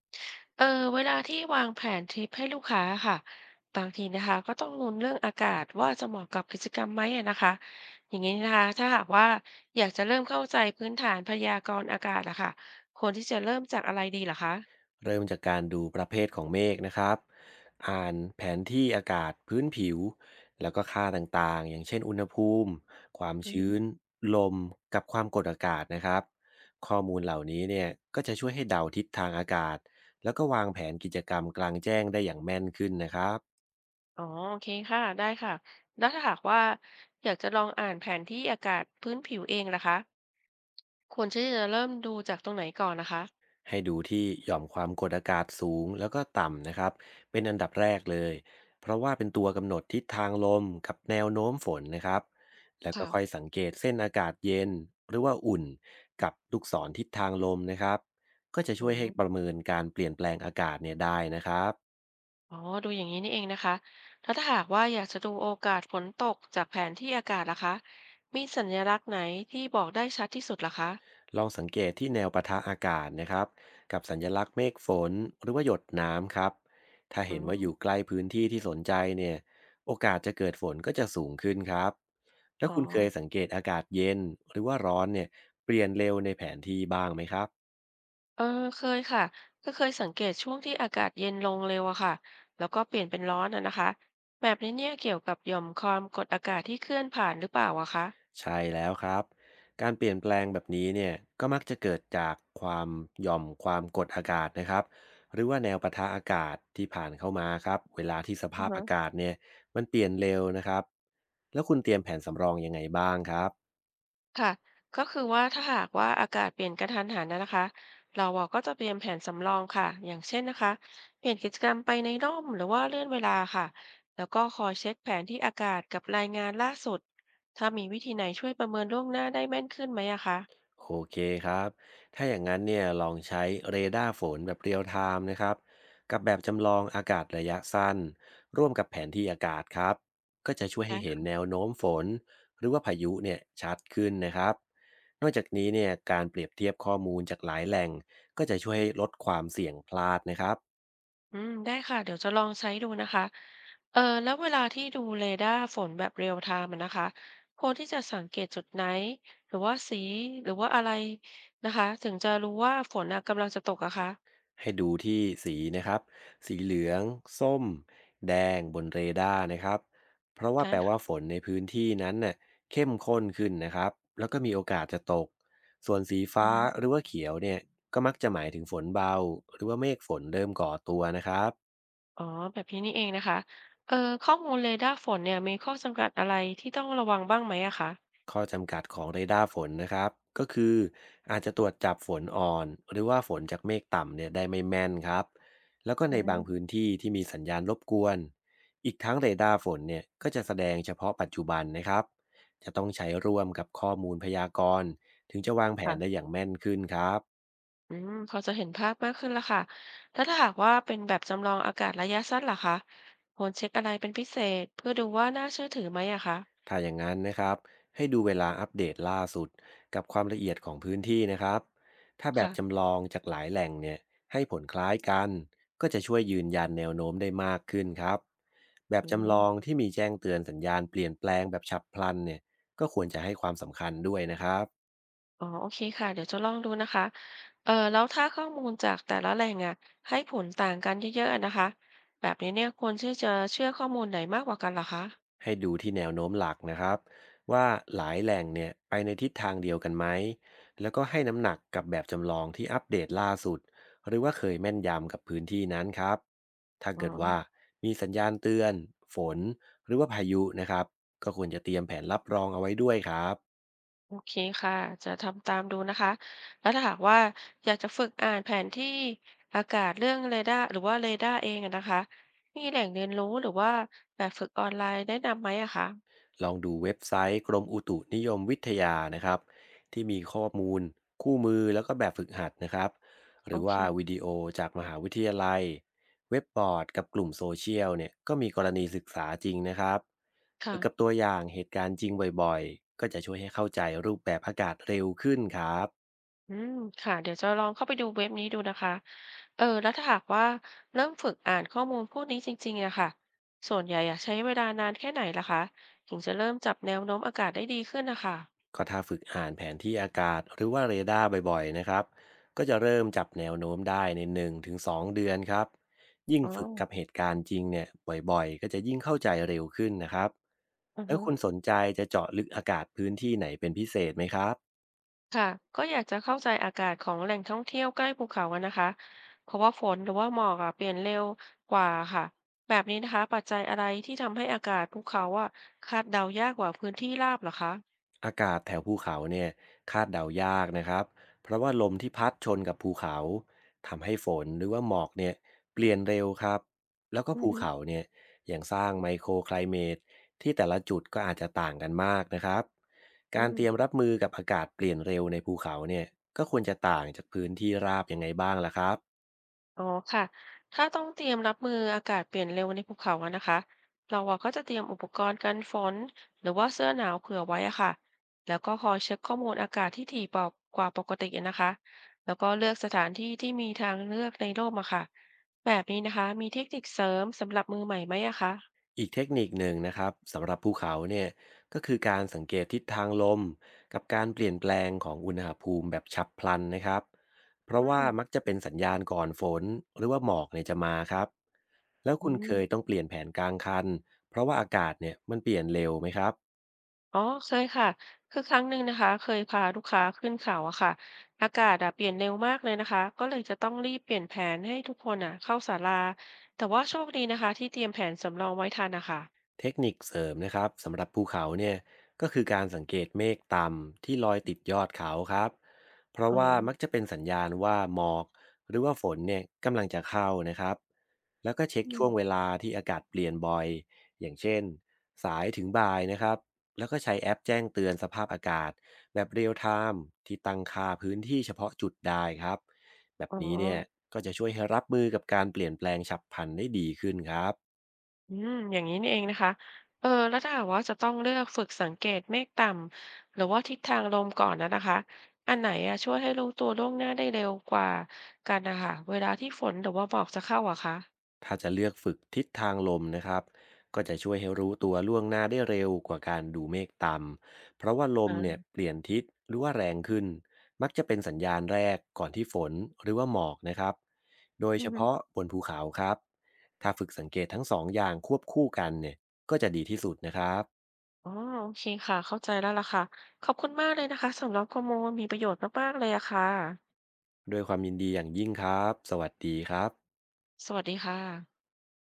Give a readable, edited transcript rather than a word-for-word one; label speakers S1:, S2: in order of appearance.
S1: เออเวลาที่วางแผนทริปให้ลูกค้าค่ะบางทีนะคะก็ต้องลุ้นเรื่องอากาศว่าจะเหมาะกับกิจกรรมไหมอะนะคะอย่างนี้นะคะถ้าหากว่าอยากจะเริ่มเข้าใจพื้นฐานพยากรณ์อากาศอะค่ะควรที่จะเริ่มจากอะไรดีเหรอคะ
S2: เริ่มจากการดูประเภทของเมฆนะครับอ่านแผนที่อากาศพื้นผิวแล้วก็ค่าต่างๆอย่างเช่นอุณหภูมิความ
S1: อื
S2: ชื้
S1: ม
S2: นลมกับความกดอากาศนะครับข้อมูลเหล่านี้เนี่ยก็จะช่วยให้เดาทิศทางอากาศแล้วก็วางแผนกิจกรรมกลางแจ้งได้อย่างแม่นขึ้นนะครับ
S1: อ๋อโอเคค่ะได้ค่ะแล้วถ้าหากว่าอยากจะลองอ่านแผนที่อากาศพื้นผิวเองนะคะควรที่จะเริ่มดูจากตรงไหนก่อนนะคะ
S2: ให้ดูที่หย่อมความกดอากาศสูงแล้วก็ต่ำนะครับเป็นอันดับแรกเลยเพราะว่าเป็นตัวกำหนดทิศทางลมกับแนวโน้มฝนนะครับแล้วก็ค่อย
S1: ค่ะ
S2: สังเกตเส้นอากาศเย็นหรือว่าอุ่นกับลูกศรทิศทางลมนะครับก็จะ
S1: อื
S2: ช่วยให้
S1: ม
S2: ประเมินการเปลี่ยนแปลงอากาศเนี่ยได้นะครับ
S1: อ๋อดูอย่างนี้นี่เองนะคะแล้วถ้าหากว่าอยากจะดูโอกาสฝนตกจากแผนที่อากาศล่ะคะ มีสัญลักษณ์ไหนที่บอกได้ชัดที่สุดล่ะคะ
S2: ลองสังเกตที่แนวปะทะอากาศนะครับกับสัญลักษณ์เมฆฝนหรือว่าหยดน้ำครับถ้า
S1: อื
S2: เห็นว่า
S1: ม
S2: อยู่ใกล้พื้นที่ที่สนใจเนี่ยโอกาสจะเกิดฝนก็จะสูงขึ้นครับถ้า
S1: อ๋อ
S2: คุณเคยสังเกตอากาศเย็นหรือว่าร้อนเนี่ยเปลี่ยนเร็วในแผนที่บ้างไหมครับ
S1: เออเคยค่ะ ก็เคยสังเกตช่วงที่อากาศเย็นลงเร็วอะค่ะแล้วก็เปลี่ยนเป็นร้อนอะนะคะแบบนี้เนี่ยเกี่ยวกับหย่อมความกดอากาศที่เคลื่อนผ่านหรือเปล่าอะคะ
S2: ใช่แล้วครับการเปลี่ยนแปลงแบบนี้เนี่ยก็มักจะเกิดจากความหย่อมความกดอากาศนะครับหรือว่าแนวปะทะอากาศที่ผ่านเข้ามาครับเวลาที่ส
S1: อื
S2: ภา
S1: อ
S2: พ
S1: ฮะ
S2: อากาศเนี่ยมันเปลี่ยนเร็วนะครับ แล้วคุณเตรียมแผนสำรองยังไงบ้างครับ
S1: ค่ะก็คือว่าถ้าหากว่าอากาศเปลี่ยนกระทันหันนะนะคะเราอะก็จะเตรียมแผนสำรองค่ะอย่างเช่นนะคะเปลี่ยนกิจกรรมไปในร่มหรือว่าเลื่อนเวลาค่ะแล้วก็คอยเช็คแผนที่อากาศกับรายงานล่าสุด ถ้ามีวิธีไหนช่วยประเมินล่วงหน้าได้แม่นขึ้นไหมอะคะ
S2: โอเคครับถ้าอย่างงั้นเนี่ยลองใช้เรดาร์ฝนแบบเรียลไทม์นะครับกับแบบจำลองอากาศระยะสั้นร่วมกับแผนที่อากาศครับก็จะช่วยให้
S1: ได้
S2: เห็น
S1: ค่ะ
S2: แนวโน้มฝนหรือว่าพายุเนี่ยชัดขึ้นนะครับนอกจากนี้เนี่ยการเปรียบเทียบข้อมูลจากหลายแหล่งก็จะช่วยให้ลดความเสี่ยงพลาดนะครับ
S1: อืมได้ค่ะเดี๋ยวจะลองใช้ดูนะคะแล้วเวลาที่ดูเรดาร์ฝนแบบเรียลไทม์อะนะคะควรที่จะสังเกตจุดไหนหรือว่าสีหรือว่าอะไรนะคะถึงจะรู้ว่าฝนอะกำลังจะตกอะคะ
S2: ให้ดูที่สีนะครับ สีเหลืองส้มแดงบนเรดาร์นะครับ เพราะว่าแป
S1: ฮะ
S2: ลว่าฝนในพื้นที่นั้นเน่ะเข้มข้นขึ้นนะครับ แล้วก็มีโอกาสจะตก ส่วนสี
S1: ออ
S2: ฟ้า
S1: ฮ
S2: หรือว่าเขียวเนี่ยก็มักจะหมายถึงฝนเบาหรือว่าเมฆฝนเริ่มก่อตัวนะครับ
S1: อ๋อแบบนี้นี่เองนะคะเอ่อข้อมูลเรดาร์ฝนเนี่ยมีข้อจำกัดอะไรที่ต้องระวังบ้างไหมอะคะ
S2: ข้อจำกัดของเรดาร์ฝนนะครับก็คืออาจจะตรวจจับฝนอ่อนหรือว่าฝนจากเมฆต่ำเนี่ยได้ไม่แม่นครับแล้วก็
S1: อื
S2: ในบาง
S1: ม
S2: พื้นที่ที่มีสัญญาณรบกวนอีกทั้งเรดาร์ฝนเนี่ยก็จะแสดงเฉพาะปัจจุบันนะครับจะต้องใช้ร่วมกับข้อมูลพยากรณ์ถึงจะวางแผนได้
S1: ค่ะ
S2: อย่างแม่นขึ้นครับ
S1: อืมพอจะเห็นภาพมากขึ้นแล้วค่ะแล้วถ้าหากว่าเป็นแบบจำลองอากาศระยะสั้นล่ะคะควรเช็คอะไรเป็นพิเศษเพื่อดูว่าน่าเชื่อถือไหมอะคะ
S2: ถ้าอย่างนั้นนะครับให้ดูเวลาอัปเดตล่าสุดกับความละเอียดของพื้นที่นะครับถ้าแบบ
S1: ค่ะ
S2: จำลองจากหลายแหล่งเนี่ยให้ผลคล้ายกันก็จะช่วยยืนยันแนวโน้มได้มากขึ้นครับแบบ
S1: อื
S2: จำลอง
S1: ม
S2: ที่มีแจ้งเตือนสัญญาณเปลี่ยนแปลงแบบฉับพลันเนี่ยก็ควรจะให้ความสำคัญด้วยนะครับ
S1: อ๋อ โอเคค่ะ เดี๋ยวจะลองดูนะคะแล้วถ้าข้อมูลจากแต่ละแหล่งอะให้ผลต่างกันเยอะๆอะนะคะ แบบนี้เนี่ยควรที่จะเชื่อข้อมูลไหนมากกว่ากันเหรอคะ
S2: ให้ดูที่แนวโน้มหลักนะครับว่าหลายแหล่งเนี่ยไปในทิศทางเดียวกันไหมแล้วก็ให้น้ำหนักกับแบบจำลองที่อัปเดตล่าสุดหรือว่าเคยแม่นยำกับพื้นที่นั้นครับถ้า
S1: อ๋อ
S2: เกิดว่ามีสัญญาณเตือนฝนหรือว่าพายุนะครับก็ควรจะเตรียมแผนรับรองเอาไว้ด้วยครับ
S1: โอเคค่ะจะทำตามดูนะคะแล้วถ้าหากว่าอยากจะฝึกอ่านแผนที่อากาศเรื่องเรดาร์หรือว่าเรดาร์เองอะนะคะมีแหล่งเรียนรู้หรือว่าแบบฝึกออนไลน์แนะนำไหมอะคะ
S2: ลองดูเว็บไซต์กรมอุตุนิยมวิทยานะครับที่มีข้อมูลคู่มือแล้วก็แบบฝึกหัดนะครับห
S1: โอ
S2: รือ
S1: เค
S2: ว่าวิดีโอจากมหาวิทยาลัยเว็บบอร์ดกับกลุ่มโซเชียลเนี่ยก็มีกรณีศึกษาจริงนะครับฝึ
S1: ค่ะ
S2: กกับตัวอย่างเหตุการณ์จริงบ่อยๆก็จะช่วยให้เข้าใจรูปแบบอากาศเร็วขึ้นครับ
S1: อืมค่ะเดี๋ยวจะลองเข้าไปดูเว็บนี้ดูนะคะแล้วถ้าหากว่าเริ่มฝึกอ่านข้อมูลพวกนี้จริงๆอะค่ะส่วนใหญ่อะใช้เวลานานแค่ไหนล่ะคะถึงจะเริ่มจับแนวโน้มอากาศได้ดีขึ้นนะคะ
S2: ก็ถ้าฝึกอ่านแผนที่อากาศหรือว่าเรดาร์บ่อยๆนะครับก็จะเริ่มจับแนวโน้มได้ใน1-2เดือนครับยิ่ง
S1: อ๋อ
S2: ฝึกกับเหตุการณ์จริงเนี่ยบ่อยๆก็จะยิ่งเข้าใจเร็วขึ้นนะครับ
S1: อือ
S2: แล้ว
S1: ฮึ
S2: คุณสนใจจะเจาะลึกอากาศพื้นที่ไหนเป็นพิเศษไหมครับ
S1: ค่ะก็อยากจะเข้าใจอากาศของแหล่งท่องเที่ยวใกล้ภูเขากันนะคะเพราะว่าฝนหรือว่าหมอกอะเปลี่ยนเร็วกว่าค่ะแบบนี้นะคะปัจจัยอะไรที่ทำให้อากาศภูเขาอะคาดเดายากกว่าพื้นที่ราบเหรอคะ
S2: อากาศแถวภูเขาเนี่ยคาดเดายากนะครับเพราะว่าลมที่พัดชนกับภูเขาทำให้ฝนหรือว่าหมอกเนี่ยเปลี่ยนเร็วครับแล้วก็
S1: อือ
S2: ภู
S1: ฮึ
S2: เขาเนี่ยยังสร้างไมโครไคลเมตที่แต่ละจุดก็อาจจะต่างกันมากนะครับ
S1: อื
S2: การ
S1: ม
S2: เตรียมรับมือกับอากาศเปลี่ยนเร็วในภูเขาเนี่ยก็ควรจะต่างจากพื้นที่ราบยังไงบ้างล่ะครับ
S1: อ๋อค่ะ ถ้าต้องเตรียมรับมืออากาศเปลี่ยนเร็วในภูเขาอะนะคะเราอะก็จะเตรียมอุปกรณ์กันฝนหรือว่าเสื้อหนาวเผื่อไว้อะค่ะแล้วก็คอยเช็คข้อมูลอากาศที่ถี่กว่าปกติอะนะคะแล้วก็เลือกสถานที่ที่มีทางเลือกในร่มอะค่ะแบบนี้นะคะมีเทคนิคเสริมสำหรับมือใหม่ไหมอะคะ
S2: อีกเทคนิคหนึ่งนะครับสำหรับภูเขาเนี่ยก็คือการสังเกตทิศทางลมกับการเปลี่ยนแปลงของอุณหภูมิแบบฉับพลันนะครับเพราะ
S1: อื
S2: ว่า
S1: ม
S2: มักจะเป็นสัญญาณก่อนฝนหรือว่าหมอกเนี่ยจะมาครับแล้ว
S1: อื
S2: คุณเค
S1: ม
S2: ยต้องเปลี่ยนแผนกลางคันเพราะว่าอากาศเนี่ยมันเปลี่ยนเร็วไหมครับ
S1: อ๋อเคยค่ะคือครั้งหนึ่งนะคะเคยพาลูกค้าขึ้นเขาอะค่ะอากาศอะเปลี่ยนเร็วมากเลยนะคะก็เลยจะต้องรีบเปลี่ยนแผนให้ทุกคนอะเข้าศาลาแต่ว่าโชคดีนะคะที่เตรียมแผนสำรองไว้ทันนะคะ
S2: เทคนิคเสริมนะครับสำหรับภูเขาเนี่ยก็คือการสังเกตเมฆต่ำที่ลอยติดยอดเขาครับเพราะ
S1: อ๋อ
S2: ว่ามักจะเป็นสัญญาณว่าหมอกหรือว่าฝนเนี่ยกำลังจะเข้านะครับแล้วก็เช็ค
S1: อื
S2: ช่
S1: ม
S2: วงเวลาที่อากาศเปลี่ยนบ่อยอย่างเช่นสายถึงบ่ายนะครับแล้วก็ใช้แอปแจ้งเตือนสภาพอากาศแบบเรียลไทม์ที่ตั้งค่าพื้นที่เฉพาะจุดได้ครับแบบ
S1: อ๋อ
S2: นี้เนี่ยก็จะช่วยให้รับมือกับการเปลี่ยนแปลงฉับพลันได้ดีขึ้นครับ
S1: อืมอย่างนี้นี่เองนะคะแล้วถ้าหากว่าจะต้องเลือกฝึกสังเกตเมฆต่ำหรือว่าทิศทางลมก่อนนะนะคะอันไหนอะช่วยให้รู้ตัวล่วงหน้าได้เร็วกว่ากันนะคะเวลาที่ฝนหรือว่าหมอกจะเข้าอะคะ
S2: ถ้าจะเลือกฝึกทิศทางลมนะครับก็จะช่วยให้รู้ตัวล่วงหน้าได้เร็วกว่าการดูเมฆต่ำเพราะว่าลมเนี่ย
S1: อ่า
S2: เปลี่ยนทิศหรือว่าแรงขึ้นมักจะเป็นสัญญาณแรกก่อนที่ฝนหรือว่าหมอกนะครับโดยเฉพาะบนภูเขาครับถ้าฝึกสังเกตทั้งสองอย่างควบคู่กันเนี่ยก็จะดีที่สุดนะครับ
S1: อ๋อโอเคค่ะเข้าใจแล้วล่ะค่ะขอบคุณมากเลยนะคะสำหรับข้อมูลมีประโยชน์มากๆเลยอะค่ะ
S2: ด้วยความยินดีอย่างยิ่งครับสวัสดีครับ
S1: สวัสดีค่ะ